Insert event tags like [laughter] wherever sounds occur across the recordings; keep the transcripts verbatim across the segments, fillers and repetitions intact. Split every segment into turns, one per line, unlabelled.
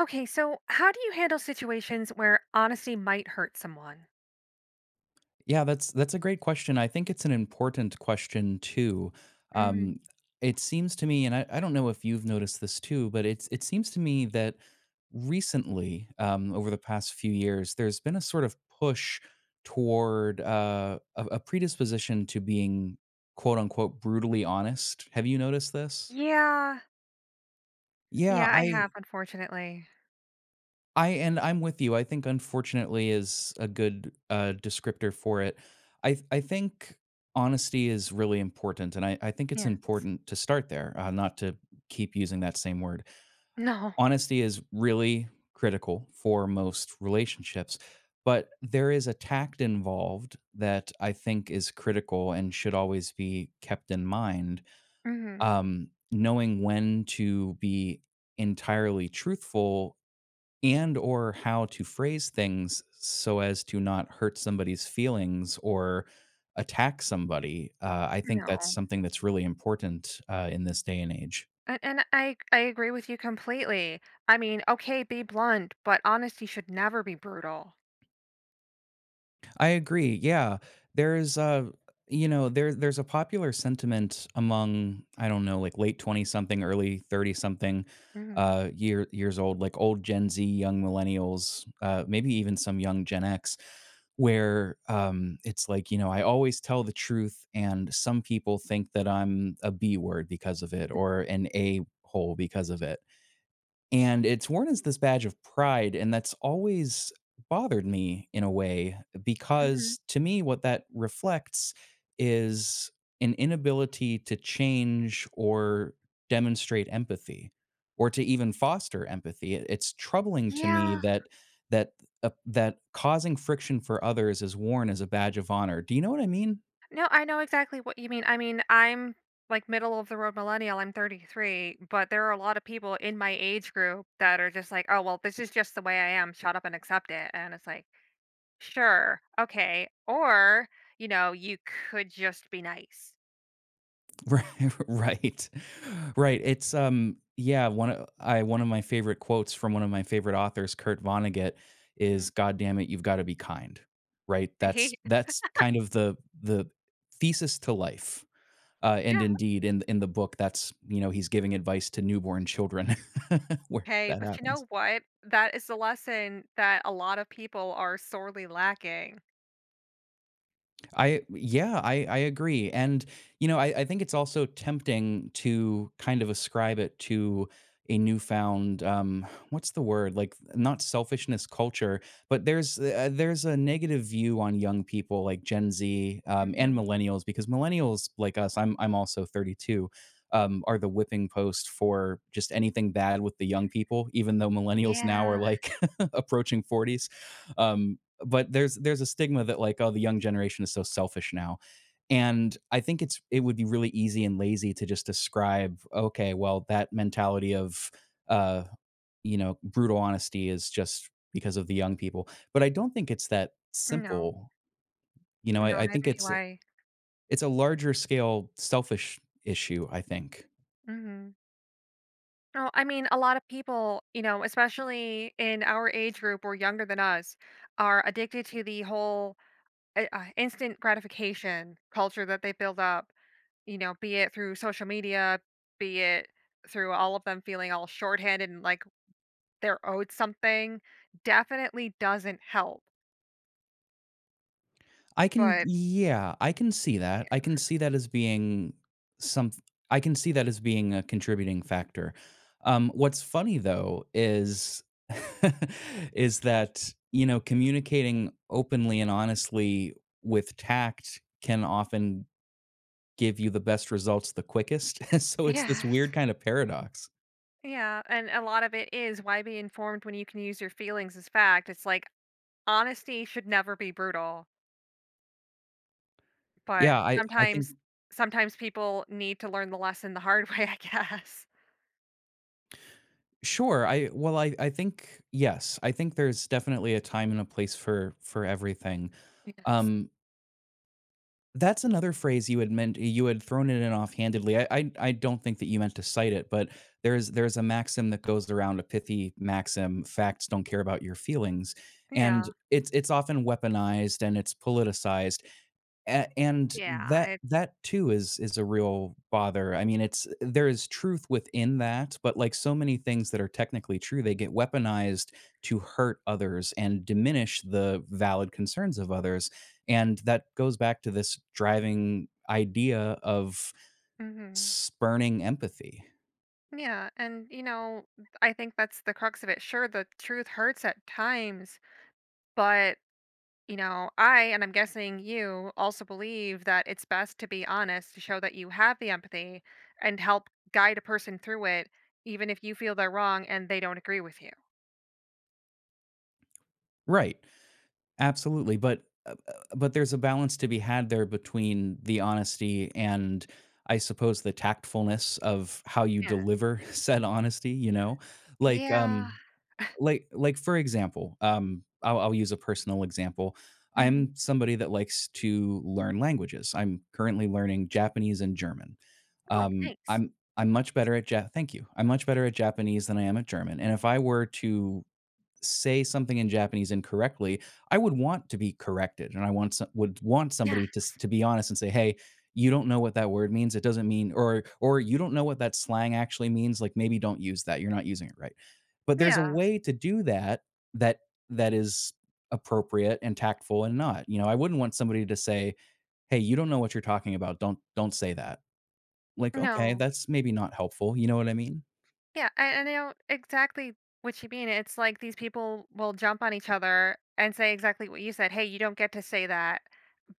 Okay, so how do you handle situations where honesty might hurt someone?
Yeah, that's that's a great question. I think it's an important question too.
Hmm.
Um, it seems to me, and I, I don't know if you've noticed this too, but it's it seems to me that recently, um, over the past few years, there's been a sort of push toward uh, a, a predisposition to being quote unquote brutally honest. Have you noticed this?
Yeah,
Yeah,
yeah, I have,
I
unfortunately.
I and I'm with you. I think unfortunately is a good uh, descriptor for it. I I think honesty is really important, and I I think it's
Yes.
important to start there, uh, not to keep using that same word.
No.
Honesty is really critical for most relationships, but there is a tact involved that I think is critical and should always be kept in mind.
Hmm.
Um, knowing when to be entirely truthful and or how to phrase things so as to not hurt somebody's feelings or attack somebody. Uh, I think
No.
that's something that's really important uh, in this day and age.
And, and I I agree with you completely. I mean, okay, be blunt, but honesty should never be brutal.
I agree. Yeah. There's uh you know, there there's a popular sentiment among I don't know, like late twenty something, early thirty something
Hmm.
uh year years old, like old Gen Z, young millennials, uh maybe even some young Gen X where um it's like, you know, I always tell the truth and some people think that I'm a B word because of it or an A hole because of it. And it's worn as this badge of pride, and that's always bothered me in a way,
Hmm.
because to me, what that reflects is an inability to change or demonstrate empathy or to even foster empathy. It- It's troubling to me
Yeah.
that that uh, that causing friction for others is worn as a badge of honor. Do you know what I mean?
No, I know exactly what you mean. I mean, I'm like middle of the road millennial. I'm thirty-three, but there are a lot of people in my age group that are just like, "Oh, well, this is just the way I am. Shut up and accept it." And it's like, "Sure. Okay." Or, you know, you could just be nice.
Right. [laughs] Right. Right. It's um yeah, one of I one of my favorite quotes from one of my favorite authors, Kurt Vonnegut,
Mhm.
is God damn it, you've got to be kind. Right?
[laughs]
That's
He,
that's kind of the the thesis to life. Uh, and
yeah.
indeed in in the book that's you know he's giving advice to newborn children [laughs] where
Okay.
that
But you
happens.
know what? That is the lesson that a lot of people are sorely lacking.
I Yeah, I I agree, and you know, I I think it's also tempting to kind of ascribe it to a newfound um what's the word like not selfishness culture but there's uh, there's a negative view on young people like Gen Z, um, and
Mhm.
millennials, because millennials like us, i'm i'm also thirty-two. Um, are the whipping post for just anything bad with the young people even though millennials now are
Yeah.
like [laughs] approaching forties but there's there's a stigma that like, oh, the young generation is so selfish now, and I think it's it would be really easy and lazy to just describe, okay, well, that mentality of uh you know brutal honesty is just because of the young people, but I don't think it's that
No.
simple. you know i,
No,
I think
neither do
it's
I.
it's a larger scale selfish issue, I think.
Mhm. No, I mean, a lot of people, you know, especially in our age group or younger than us, are addicted to the whole uh, uh, instant gratification culture that they build up, you know, be it through social media, be it through all of them feeling all shorthanded and like they're owed something, definitely doesn't help.
I can
But
Yeah, I can see that. I can see that as being some I can see that as being a contributing factor. Um, what's funny though is [laughs] is that, you know, communicating openly and honestly with tact can often give you the best results the quickest. [laughs] So it's this
yes.
weird kind of paradox.
Yeah. And a lot of it is why be informed when you can use your feelings as fact. It's like honesty should never be brutal. But
Yeah, I I think
sometimes sometimes people need to learn the lesson the hard [laughs] way, I guess.
Sure. I well I I think Yes. I think there's definitely a time and a place for for everything.
Yes.
Um That's another phrase you had meant you had thrown it in offhandedly. I I I don't think that you meant to cite it, but there's there's a maxim that goes around, a pithy maxim, "Facts don't care about your feelings." And
Yeah,
it's it's often weaponized and it's politicized. A and
yeah,
that
it
that too is is a real bother. I mean, it's there is truth within that, but like so many things that are technically true, they get weaponized to hurt others and diminish the valid concerns of others, and that goes back to this driving idea of
mhm.
spurning empathy.
Yeah, and, you know, I think that's the crux of it. Sure, the truth hurts at times, but, you know, I, and I'm guessing you, also believe that it's best to be honest to show that you have the empathy and help guide a person through it, even if you feel they're wrong and they don't agree with you.
Right. Absolutely, but uh, uh, but there's a balance to be had there between the honesty and I suppose the tactfulness of how you
Yeah.
deliver [laughs] said honesty, you know? Like,
Yeah.
um, like, like for example, um, I'll, I'll use a personal example.
Mhm.
I'm somebody that likes to learn languages. I'm currently learning Japanese and German.
Oh,
Um,
thanks.
I'm I'm much better at Ja. Thank you. I'm much better at Japanese than I am at German. And if I were to say something in Japanese incorrectly, I would want to be corrected, and I want so would want
Yeah.
somebody to s to be honest and say, "Hey, you don't know what that word means. It doesn't mean" or or, "You don't know what that slang actually means. Like, maybe don't use that. You're not using it right." But there's a
Yeah.
way to do that, that that is appropriate and tactful and not. You know, I wouldn't want somebody to say, "Hey, you don't know what you're talking about. Don't don't say that." Like, okay,
No.
that's maybe not helpful. You know what I mean?
Yeah, I I know exactly what you mean. It's like these people will jump on each other and say exactly what you said. Hey, you don't get to say that,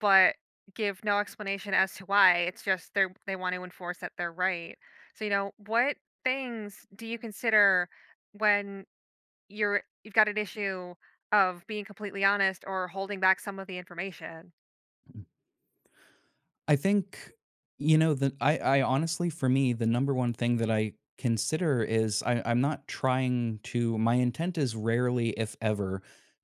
but give no explanation as to why. It's just they they want to enforce that they're right. So, you know, what things do you consider when you're you've got an issue of being completely honest or holding back some of the information?
I think, you know, the I I honestly for me, the number one thing that I consider is I I'm not trying to my intent is rarely, if ever,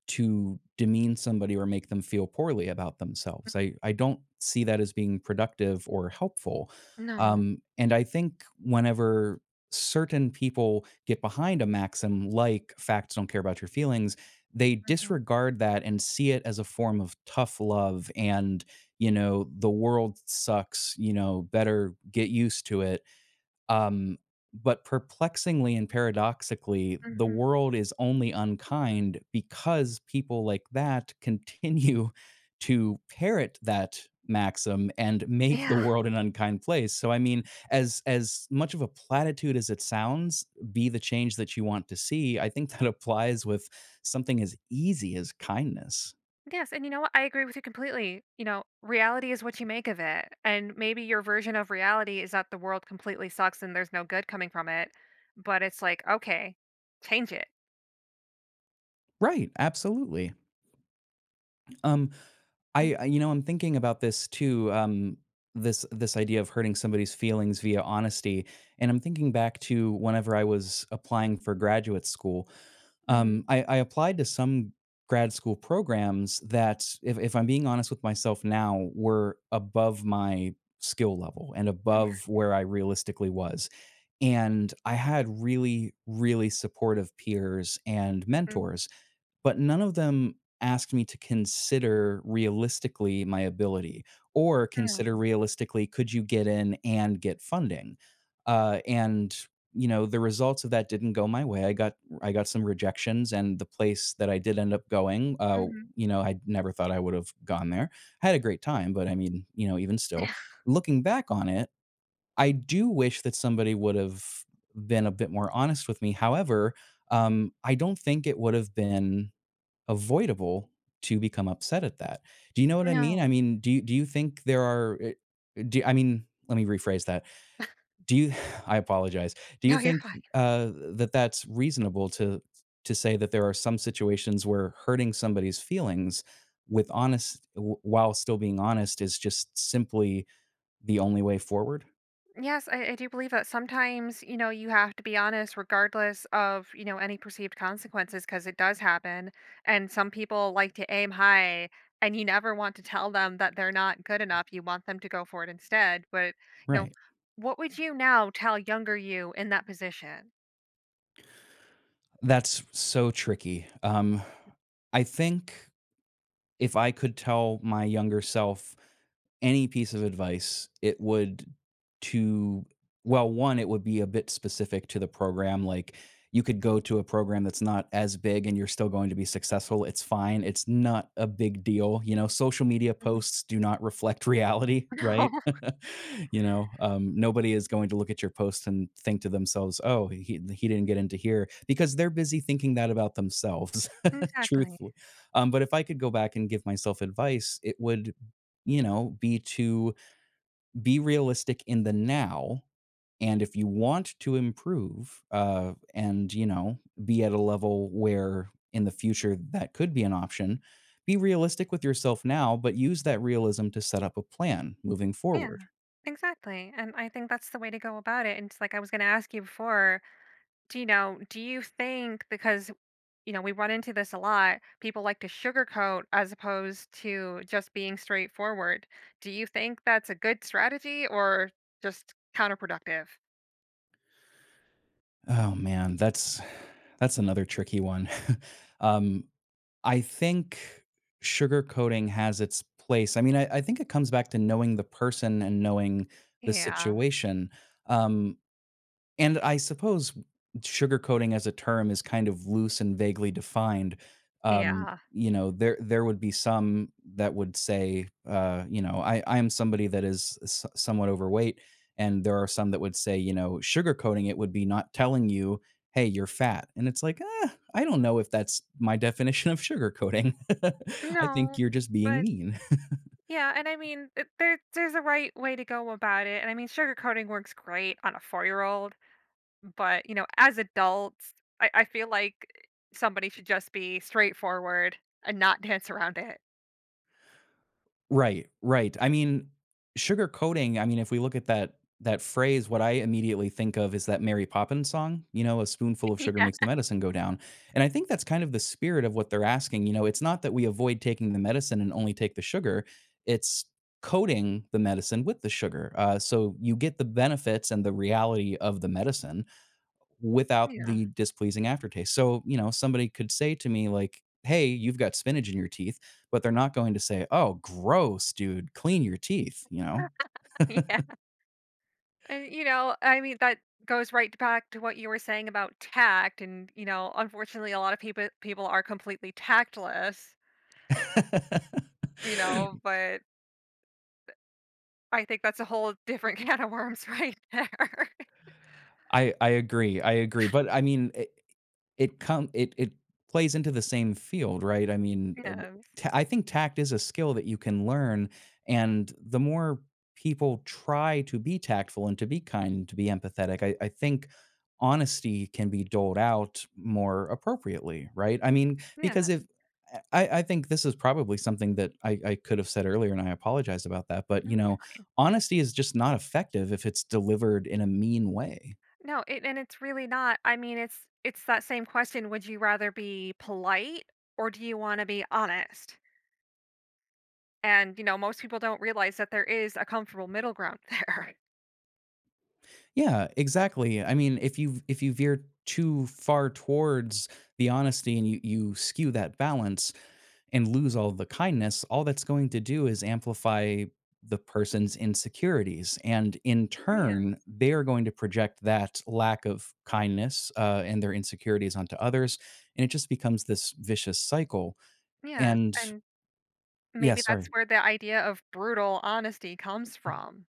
to demean somebody or make them feel poorly about themselves. I I don't see that as being productive or helpful.
No.
Um, and I think whenever certain people get behind a maxim like facts don't care about your feelings, they
Mhm.
disregard that and see it as a form of tough love and you know, the world sucks, you know, better get used to it. Um, but perplexingly and paradoxically, the
Mhm.
world is only unkind because people like that continue [laughs] to parrot that maxim and make the
Yeah.
world an unkind place. So I mean, as as much of a platitude as it sounds, be the change that you want to see, I think that [laughs] applies with something as easy as kindness.
Yes, and you know what? I agree with you completely. You know, reality is what you make of it. And maybe your version of reality is that the world completely sucks and there's no good coming from it. But it's like, okay, change it.
Right, absolutely. Um I I- you know, I'm thinking about this too. Um, this this idea of hurting somebody's feelings via honesty, and I'm thinking back to whenever I was applying for graduate school.
Mm-hmm.
Um, I, I applied to some grad school programs that, if if I'm being honest with myself now, were above my skill level and
[laughs]
above where I realistically was. And I had really, really supportive peers and mentors but none of them asked me to consider realistically my ability or consider
No.
realistically could you get in and get funding uh, and you know the results of that didn't go my way. i got I got some rejections, and the place that I did end up going, uh,
Hmm.
you know, I never thought I would have gone there. I had a great time, but I mean, you know, even still,
[laughs] No.
looking back on it, I do wish that somebody would have been a bit more honest with me. However, um, I don't think it would have been avoidable to become upset at that. Do you know what I mean? I
No.
mean, do you do you think there are eh, do I mean, let me rephrase that. Do you [sighs] I apologize. Do you
No, you're
think,
fine.
uh, that that's reasonable to to say that there are some situations where hurting somebody's feelings with honest w while still being honest is just simply the only way forward?
Yes, I, I do believe that sometimes, you know, you have to be honest regardless of, you know, any perceived consequences because it does happen. And some people like to aim high and you never want to tell them that they're not good enough. You want them to go for it instead. But, you know,
Right.
what would you now tell younger you in that position?
That's so tricky. Um, I think if I could tell my younger self any piece of advice, it would to well, one, it would be a bit specific to the program, like, you could go to a program that's not as big and you're still going to be successful, it's fine, it's not a big deal, you know, social media
Mhm.
posts do not reflect reality,
No,
right?
[laughs]
[laughs] You know, um, nobody is going to look at your post and think to themselves, "Oh, he he didn't get into here," because they're busy thinking that about themselves, [laughs]
exactly.
truthfully. Um, but if I could go back and give myself advice, it would, you know, be to be realistic in the now. And if you want to improve uh, and, you know, be at a level where in the future that could be an option, be realistic with yourself now, but use that realism to set up a plan moving
Yeah,
forward.
exactly, and I think that's the way to go about it, and it's like I was gonna ask you before, do you know, do you think because you know, we run into this a lot. People like to sugarcoat as opposed to just being straightforward. Do you think that's a good strategy or just counterproductive?
Oh man, that's that's another tricky one. [laughs] um, I think sugarcoating has its place. I mean, I, I think it comes back to knowing the person and knowing the
Yeah.
situation. Um, and I suppose sugarcoating as a term is kind of loose and vaguely defined. Um,
Yeah.
you know, there there would be some that would say, uh, you know, I I am somebody that is s- somewhat overweight, and there are some that would say, you know, sugarcoating it would be not telling you hey, you're fat. And it's like, eh, I don't know if that's my [laughs] definition of sugarcoating. [laughs] I think
No,
you're just being
but
mean. [laughs]
yeah, and I mean, it, there there's a right way to go about it. And I mean, sugarcoating works great on a four-year-old, but you know, as adults, I, I feel like somebody should just be straightforward and not dance around it.
Right, right. I mean, sugar coating. I mean, if we look at that that phrase, what I immediately think of is that Mary Poppins song, you know, "A spoonful
[laughs]
of sugar
Yeah.
makes the medicine go down." And I think that's kind of the spirit of what they're asking, you know, it's not that we avoid taking the medicine and only take the sugar, it's coating the medicine with the sugar, uh, so you get the benefits and the reality of the medicine, without
Yeah.
the displeasing aftertaste. So, you know, somebody could say to me like, "Hey, you've got spinach in your teeth," but they're not going to say, "Oh, gross, dude, clean your teeth," you know?
[laughs] Yeah. And you know, I mean that goes right back to what you were saying about tact and you know, unfortunately a lot of people people are completely tactless,
[laughs]
you know, but I think that's a whole different [laughs] can of worms right there.
I I agree, I agree, but I mean, It come it it plays into the same field, right? I mean,
[laughs]
uh,
Yes.
ta I think tact is a skill that you can learn, and the more people try to be tactful and to be kind and to be empathetic, I I think honesty can be doled out more appropriately, right? I mean, because
Yes.
if uh, I I think this is probably something that I I could have said earlier, and I apologize about that, but,
Oh,
you
yeah.
know, honesty is just not effective if it's delivered in a mean way.
No, it, and it's really not. I mean, it's it's that same question, would you rather be polite or do you want to be honest? And you know, most people don't realize that there is a comfortable middle ground there. [laughs]
Yeah, exactly. I mean, if you if you veer too far towards the honesty and you you skew that balance and lose all the kindness, all that's going to do is amplify the person's insecurities and in
Yeah.
turn they are going to project that lack of kindness uh, and their insecurities onto others and it just becomes this vicious cycle
Yeah.
and
And
yeah
maybe that's
sorry
where the idea of brutal honesty comes from.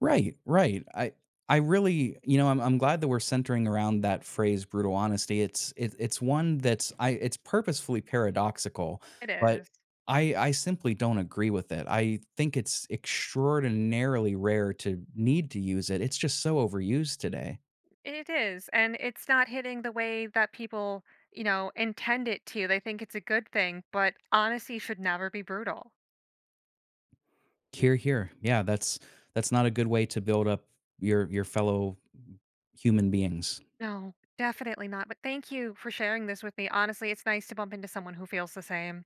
Right, right. I I really, you know, I'm I'm glad that we're centering around that phrase brutal honesty. It's it, it's one that's I it's purposefully paradoxical,
It
but
is.
I I simply don't agree with it. I think it's extraordinarily rare to need to use it. It's just so overused today.
It is, and it's not hitting the way that people, you know, intend it to. They think it's a good thing, but honesty should never be brutal.
Here, here. Yeah, that's that's not a good way to build up your your fellow human beings.
No, definitely not. But thank you for sharing this with me. Honestly, it's nice to bump into someone who feels the same.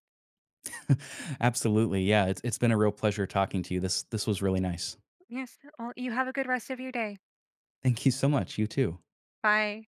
[laughs] Absolutely. Yeah, it's it's been a real pleasure talking to you. This this was really nice.
Yes. Well, you have a good rest of your day.
Thank you so much. You too.
Bye.